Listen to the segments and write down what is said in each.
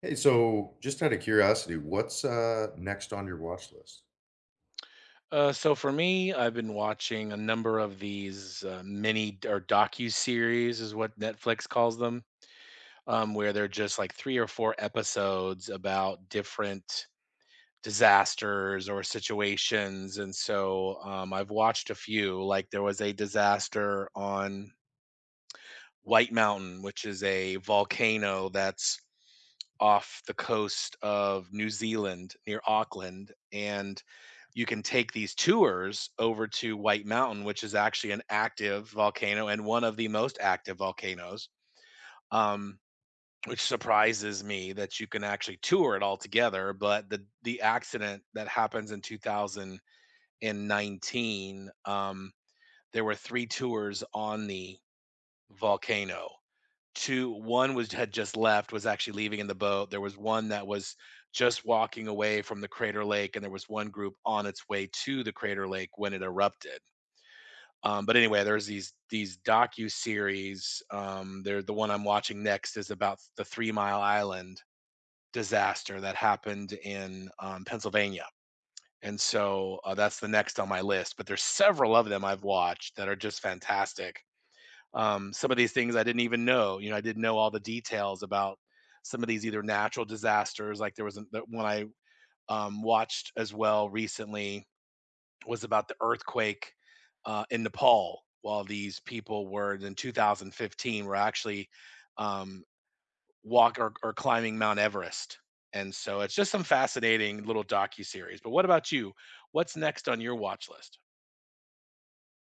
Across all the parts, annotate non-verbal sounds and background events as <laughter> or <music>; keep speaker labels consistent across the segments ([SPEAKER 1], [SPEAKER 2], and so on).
[SPEAKER 1] Hey, so just out of curiosity, what's next on your watch list?
[SPEAKER 2] So for me, I've been watching a number of these mini d- or docu-series is what Netflix calls them, where they're just like three or four episodes about different disasters or situations. And so, I've watched a few. Like there was a disaster on White Mountain, which is a volcano that's off the coast of New Zealand near Auckland, and you can take these tours over to White Mountain, which is actually an active volcano and one of the most active volcanoes. Um, which surprises me that you can actually tour it all together. But the accident that happens in 2019, there were 3 tours on the volcano. 2 1 was had just left, was actually leaving in the boat. There was one that was just walking away from the crater lake, and there was one group on its way to the crater lake when it erupted. But anyway, there's these docu series. The one I'm watching next is about the Three Mile Island disaster that happened in, Pennsylvania. And so, that's the next on my list. But there's several of them I've watched that are just fantastic. Some of these things I didn't even know. You know, I didn't know all the details about some of these either natural disasters. Like there was that one I, watched as well recently, was about the earthquake, in Nepal. While these people were in 2015 were actually, um, walk or climbing Mount Everest. And so it's just some fascinating little docu series. But what about you? What's next on your watch list?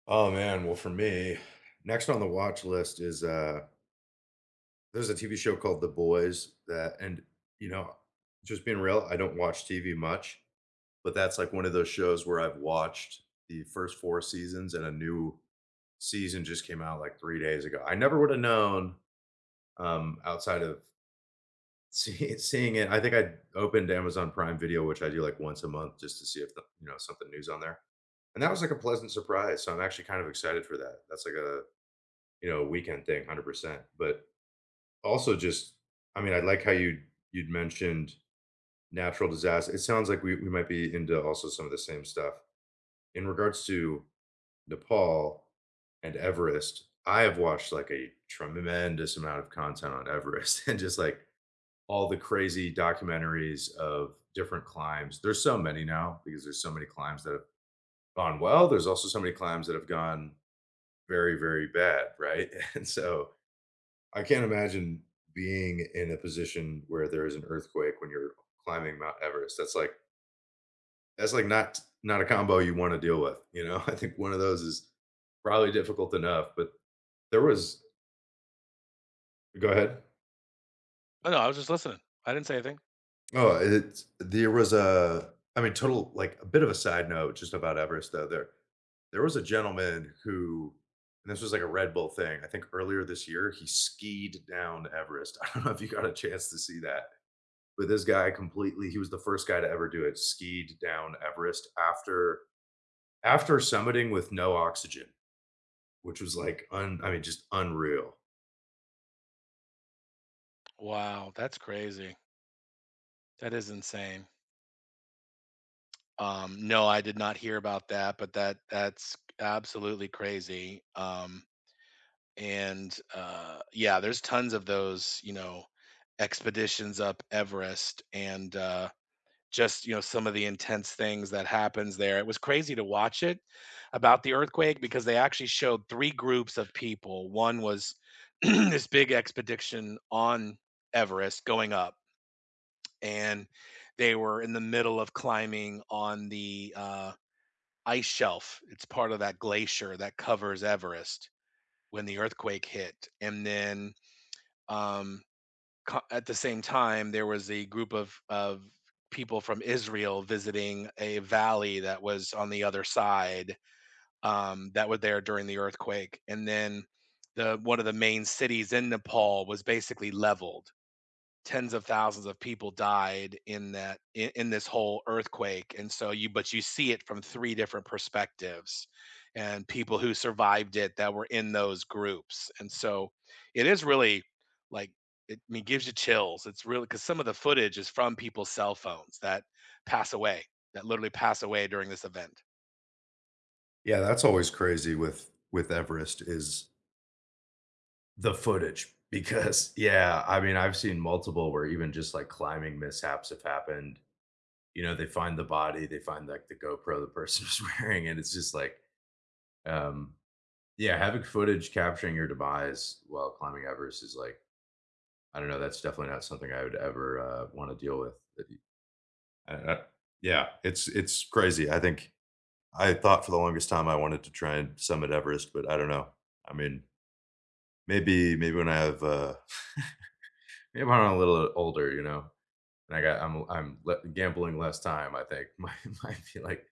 [SPEAKER 1] Oh man, well for me, next on the watch list is there's a TV show called The Boys that and you know, just being real, I don't watch TV much, but that's like one of those shows where I've watched the first four seasons and a new season just came out like 3 days ago. I never would have known outside of seeing it. I think I opened Amazon Prime Video, which I do, like, once a month just to see if something new's on there, and that was, like, a pleasant surprise, so I'm actually kind of excited for that. That's like a, you know, weekend thing, 100%, but also just I mean, I like how you'd mentioned natural disaster. It sounds like we might be into also some of the same stuff. In regards to Nepal and Everest, I have watched, like, a tremendous amount of content on Everest <laughs> and just, like, all the crazy documentaries of different climbs. There's so many now because there's so many climbs that have gone well. There's also so many climbs that have gone very, very bad, right? <laughs> And so I can't imagine being in a position where there is an earthquake when you're climbing Mount Everest. That's like not not a combo you want to deal with, you know? <laughs> I think one of those is probably difficult enough, but there was go ahead.
[SPEAKER 2] Oh no, I was just listening. I didn't say anything.
[SPEAKER 1] Oh, it's There was a total like, a bit of a side note just about Everest though, there was a gentleman who, and this was like a Red Bull thing, I think earlier this year, he skied down Everest. <laughs> I don't know if you got a chance to see that, but this guy completely he was the first guy to ever do it, skied down Everest after summiting with no oxygen, which was, like, un I mean, just unreal.
[SPEAKER 2] Wow, that's crazy. That is insane. No, I did not hear about that, but that's absolutely crazy. And yeah, there's tons of those, you know, expeditions up Everest, and just, some of the intense things that happens there. It was crazy to watch it about the earthquake because they actually showed three groups of people. One was <clears throat> this big expedition on Everest going up, and they were in the middle of climbing on the, ice shelf. It's part of that glacier that covers Everest when the earthquake hit. And then, um, at the same time, there was a group of people from Israel visiting a valley that was on the other side, that were there during the earthquake. And then, the one of the main cities in Nepal was basically leveled. Tens of thousands of people died in that, in this whole earthquake, and so you, but you see it from three different perspectives, and people who survived it that were in those groups. And so it is really, like, it I mean, gives you chills. It's really because some of the footage is from people's cell phones that pass away that literally pass away during this event.
[SPEAKER 1] Yeah, that's always crazy with Everest is the footage, because yeah, I mean, I've seen multiple where even just, like, climbing mishaps have happened. You know, they find the body, they find, like, the GoPro the person was <laughs> wearing, and it's just like, um yeah, having footage capturing your demise while climbing Everest is like I don't know, that's definitely not something I would ever, wanna deal with. I Yeah, it's crazy. I thought for the longest time I wanted to try and summit Everest, but I don't know. I mean, maybe when I have, <laughs> maybe when I'm a little older, you know? And I got I'm le gambling less time, I think, <laughs> might be, like,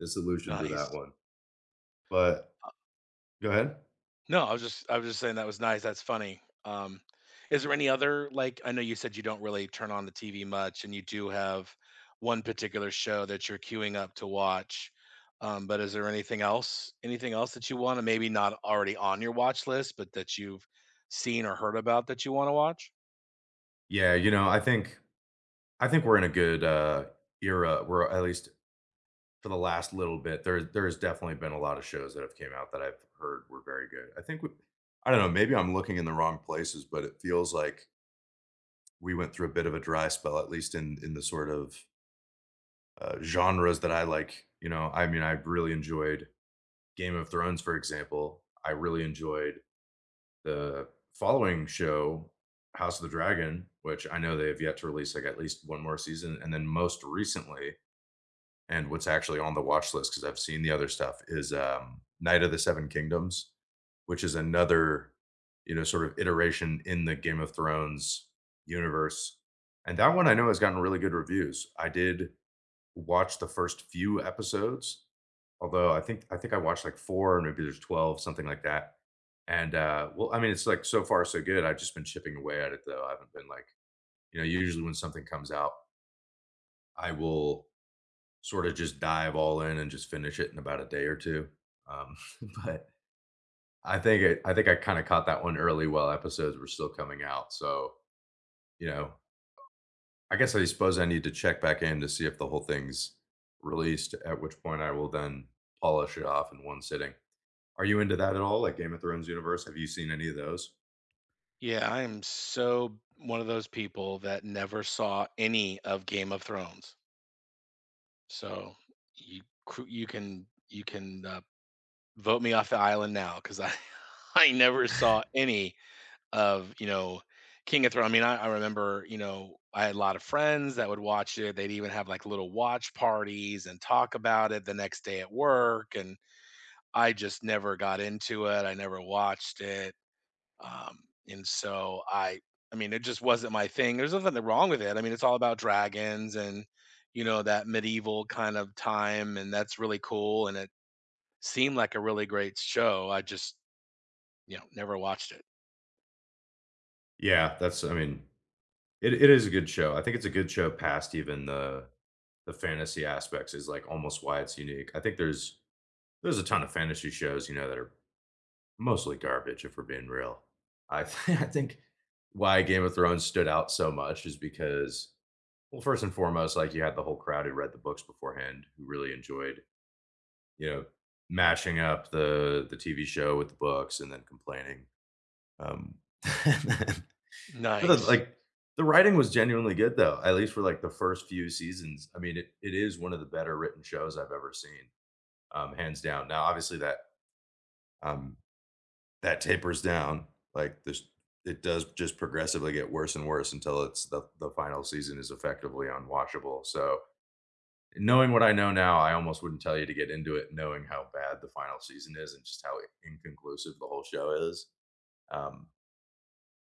[SPEAKER 1] the solution for that
[SPEAKER 2] Nice.
[SPEAKER 1] one. But go ahead.
[SPEAKER 2] No, I was just saying that was nice. That's funny. Is there any other, like, I know you said you don't really turn on the TV much, and you do have one particular show that you're queuing up to watch. But is there anything else, that you want to, maybe not already on your watch list, but that you've seen or heard about, that you want to watch?
[SPEAKER 1] Yeah, you know, I think we're in a good, era where at least for the last little bit, there's definitely been a lot of shows that have came out that I've heard were very good. I think we I don't know, maybe I'm looking in the wrong places, but it feels like we went through a bit of a dry spell, at least in the sort of, genres that I like, you know? I mean, I really enjoyed Game of Thrones, for example. I really enjoyed the following show, House of the Dragon, which I know they have yet to release like at least one more season, and then most recently, and what's actually on the watch list because I've seen the other stuff is Night of the Seven Kingdoms, which is another you know sort of iteration in the Game of Thrones universe, and that one I know has gotten really good reviews. I did Watched the first few episodes, although I think I watched like 4, or maybe there's 12, something like that. And, well, I mean, it's like so far so good. I've just been chipping away at it though. I haven't been like you know, usually when something comes out, I will sort of just dive all in and just finish it in about a day or 2. Um, <laughs> but I think I kinda caught that one early while episodes were still coming out. So, you know, I suppose I need to check back in to see if the whole thing's released, at which point I will then polish it off in one sitting. Are you into that at all? Like Game of Thrones universe? Have you seen any of those?
[SPEAKER 2] Yeah, I am so one of those people that never saw any of Game of Thrones. So you can vote me off the island now because I <laughs> I never saw any of, King of Thrones. I mean, I remember, I had a lot of friends that would watch it. They'd even have like little watch parties and talk about it the next day at work. And I just never got into it. I never watched it. Um, and so, I mean, it just wasn't my thing. There's nothing wrong with it. I mean, it's all about dragons and, that medieval kind of time, and that's really cool. And it seemed like a really great show. I just, never watched it.
[SPEAKER 1] Yeah, that's I mean, it is a good show. I think it's a good show past even the fantasy aspects is like almost why it's unique. I think there's a ton of fantasy shows, you know, that are mostly garbage if we're being real. <laughs> I think why Game of Thrones stood out so much is because well, first and foremost, like, you had the whole crowd who read the books beforehand, who really enjoyed, you know, mashing up the TV show with the books and then complaining, um <laughs> but,
[SPEAKER 2] Nice.
[SPEAKER 1] like, the writing was genuinely good, though, at least for, like, the first few seasons. I mean, it is one of the better written shows I've ever seen, hands down. Now, obviously, um that tapers down, like, this it does just progressively get worse and worse until it's the final season is effectively unwatchable, so, knowing what I know now, I almost wouldn't tell you to get into it knowing how bad the final season is and just how inconclusive the whole show is. Um,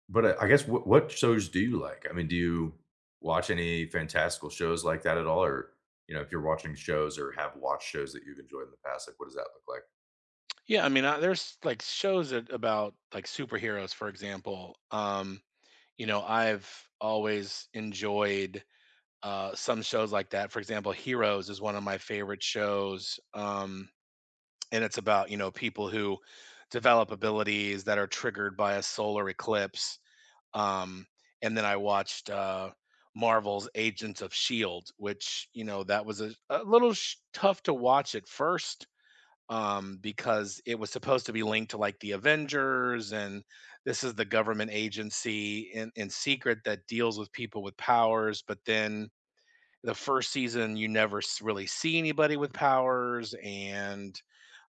[SPEAKER 1] but I guess what shows do you like? I mean, do you watch any fantastical shows like that at all? Or, you know, if you're watching shows or have watched shows that you've enjoyed in the past, like what does that look like?
[SPEAKER 2] Yeah, I mean, there's like shows that, about like superheroes, for example. You know, I've always enjoyed, some shows like that. For example, Heroes is one of my favorite shows, and it's about, people who develop abilities that are triggered by a solar eclipse. Um, and then I watched, Marvel's Agents of Shield, which, that was a little tough to watch at first, because it was supposed to be linked to, like, the Avengers, and this is the government agency in secret that deals with people with powers. But then the first season, you never really see anybody with powers, and,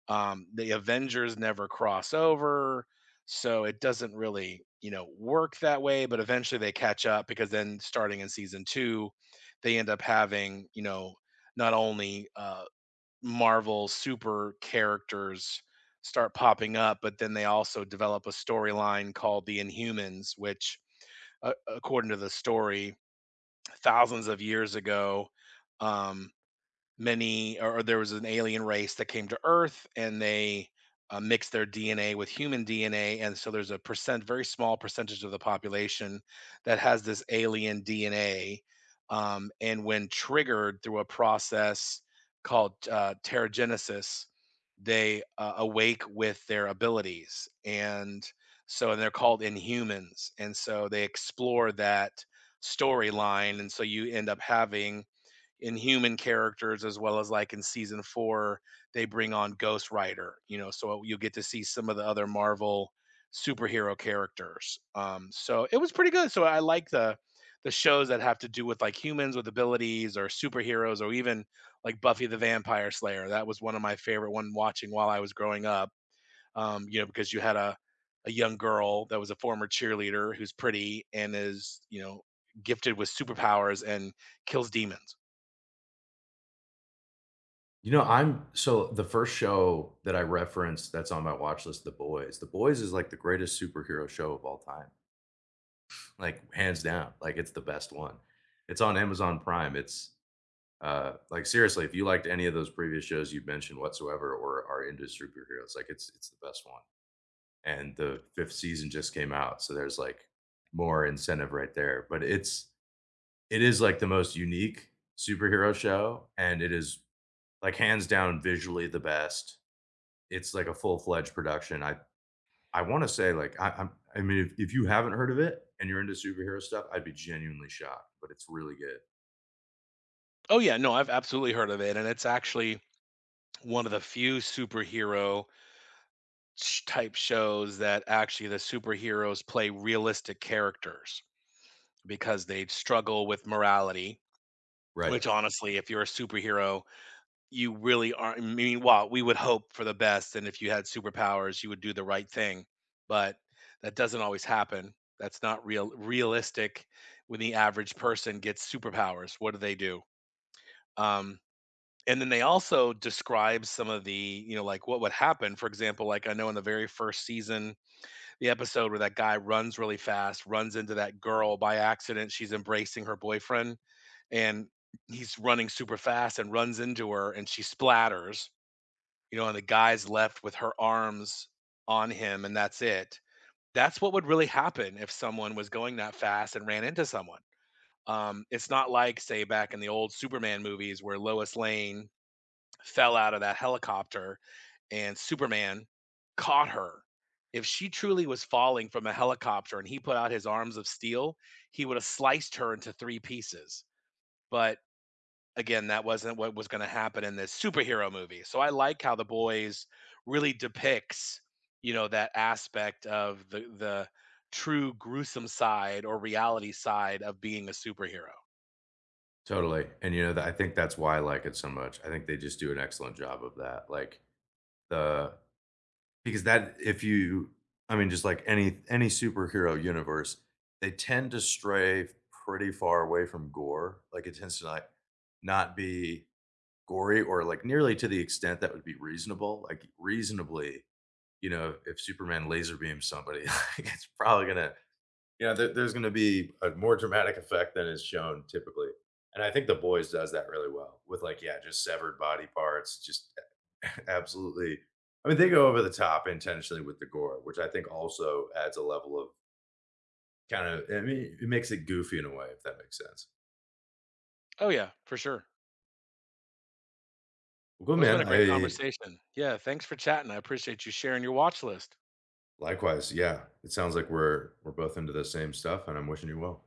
[SPEAKER 2] the Avengers never cross over. So it doesn't really, work that way. But eventually they catch up because then, starting in season two, they end up having, not only, Marvel super characters start popping up, but then they also develop a storyline called The Inhumans, which, according to the story, thousands of years ago, um, many or there was an alien race that came to Earth, and they, mixed their DNA with human DNA, and so there's a very small percentage of the population that has this alien DNA, and when triggered through a process called, pterogenesis, they, awake with their abilities, and so and they're called Inhumans, and so they explore that storyline. And so you end up having inhuman characters, as well as, like, in season four they bring on Ghost Rider. So you get to see some of the other Marvel superhero characters. So it was pretty good. So I like the shows that have to do with, like, humans with abilities, or superheroes, or even, like, Buffy the Vampire Slayer. That was one of my favorite one watching while I was growing up. Because you had a young girl that was a former cheerleader who's pretty and is, gifted with superpowers and kills demons.
[SPEAKER 1] You know, I'm so the first show that I referenced that's on my watch list, The Boys. The Boys is like the greatest superhero show of all time, like hands down. Like it's the best one. It's on Amazon Prime. It's Like seriously, if you liked any of those previous shows you've mentioned whatsoever or are into superheroes, like it's the best one. And the fifth season just came out, so there's like more incentive right there. But it is like the most unique superhero show, and it is like hands down visually the best. It's like a full fledged production. I want to say I mean if you haven't heard of it and you're into superhero stuff, I'd be genuinely shocked. But it's really good.
[SPEAKER 2] Oh yeah, no, I've absolutely heard of it, and it's actually one of the few superhero type shows that actually, the superheroes play realistic characters because they struggle with morality.
[SPEAKER 1] Right.
[SPEAKER 2] Which, honestly, if you're a superhero, you really aren't. I mean, well, we would hope for the best, and if you had superpowers, you would do the right thing, but that doesn't always happen. That's not realistic. When the average person gets superpowers, what do they do? Um, and then they also describe some of the, like, what would happen. For example, like, I know in the very first season, the episode where that guy runs really fast, runs into that girl by accident. She's embracing her boyfriend, and he's running super fast and runs into her, and she splatters. And the guy's left with her arms on him, and that's it. That's what would really happen if someone was going that fast and ran into someone. It's not like, say, back in the old Superman movies where Lois Lane fell out of that helicopter and Superman caught her. If she truly was falling from a helicopter and he put out his arms of steel, he would have sliced her into three pieces. But again, that wasn't what was going to happen in this superhero movie. So I like how The Boys really depicts, that aspect of the true gruesome side or reality side of being a superhero.
[SPEAKER 1] Totally, and, you know, that I think that's why I like it so much. I think they just do an excellent job of that, like, the because that if you I mean, just like any superhero universe, they tend to stray pretty far away from gore, like, it tends to, like, not be gory or, like, nearly to the extent that would be reasonable, like, reasonably, you know, if Superman laser beams somebody, <laughs> like, it's probably gonna yeah, there's gonna be a more dramatic effect than is shown typically, and I think The Boys does that really well with, like, yeah, just severed body parts, just <laughs> absolutely. I mean, they go over the top intentionally with the gore, which I think also adds a level of kinda I mean, it makes it goofy in a way, if that makes sense.
[SPEAKER 2] Oh yeah, for sure.
[SPEAKER 1] Well, cool,
[SPEAKER 2] Well, it's been
[SPEAKER 1] man,
[SPEAKER 2] a great
[SPEAKER 1] I
[SPEAKER 2] conversation. Yeah, thanks for chatting. I appreciate you sharing your watch list.
[SPEAKER 1] likewise, yeah, it sounds like we're both into the same stuff, and I'm wishing you well.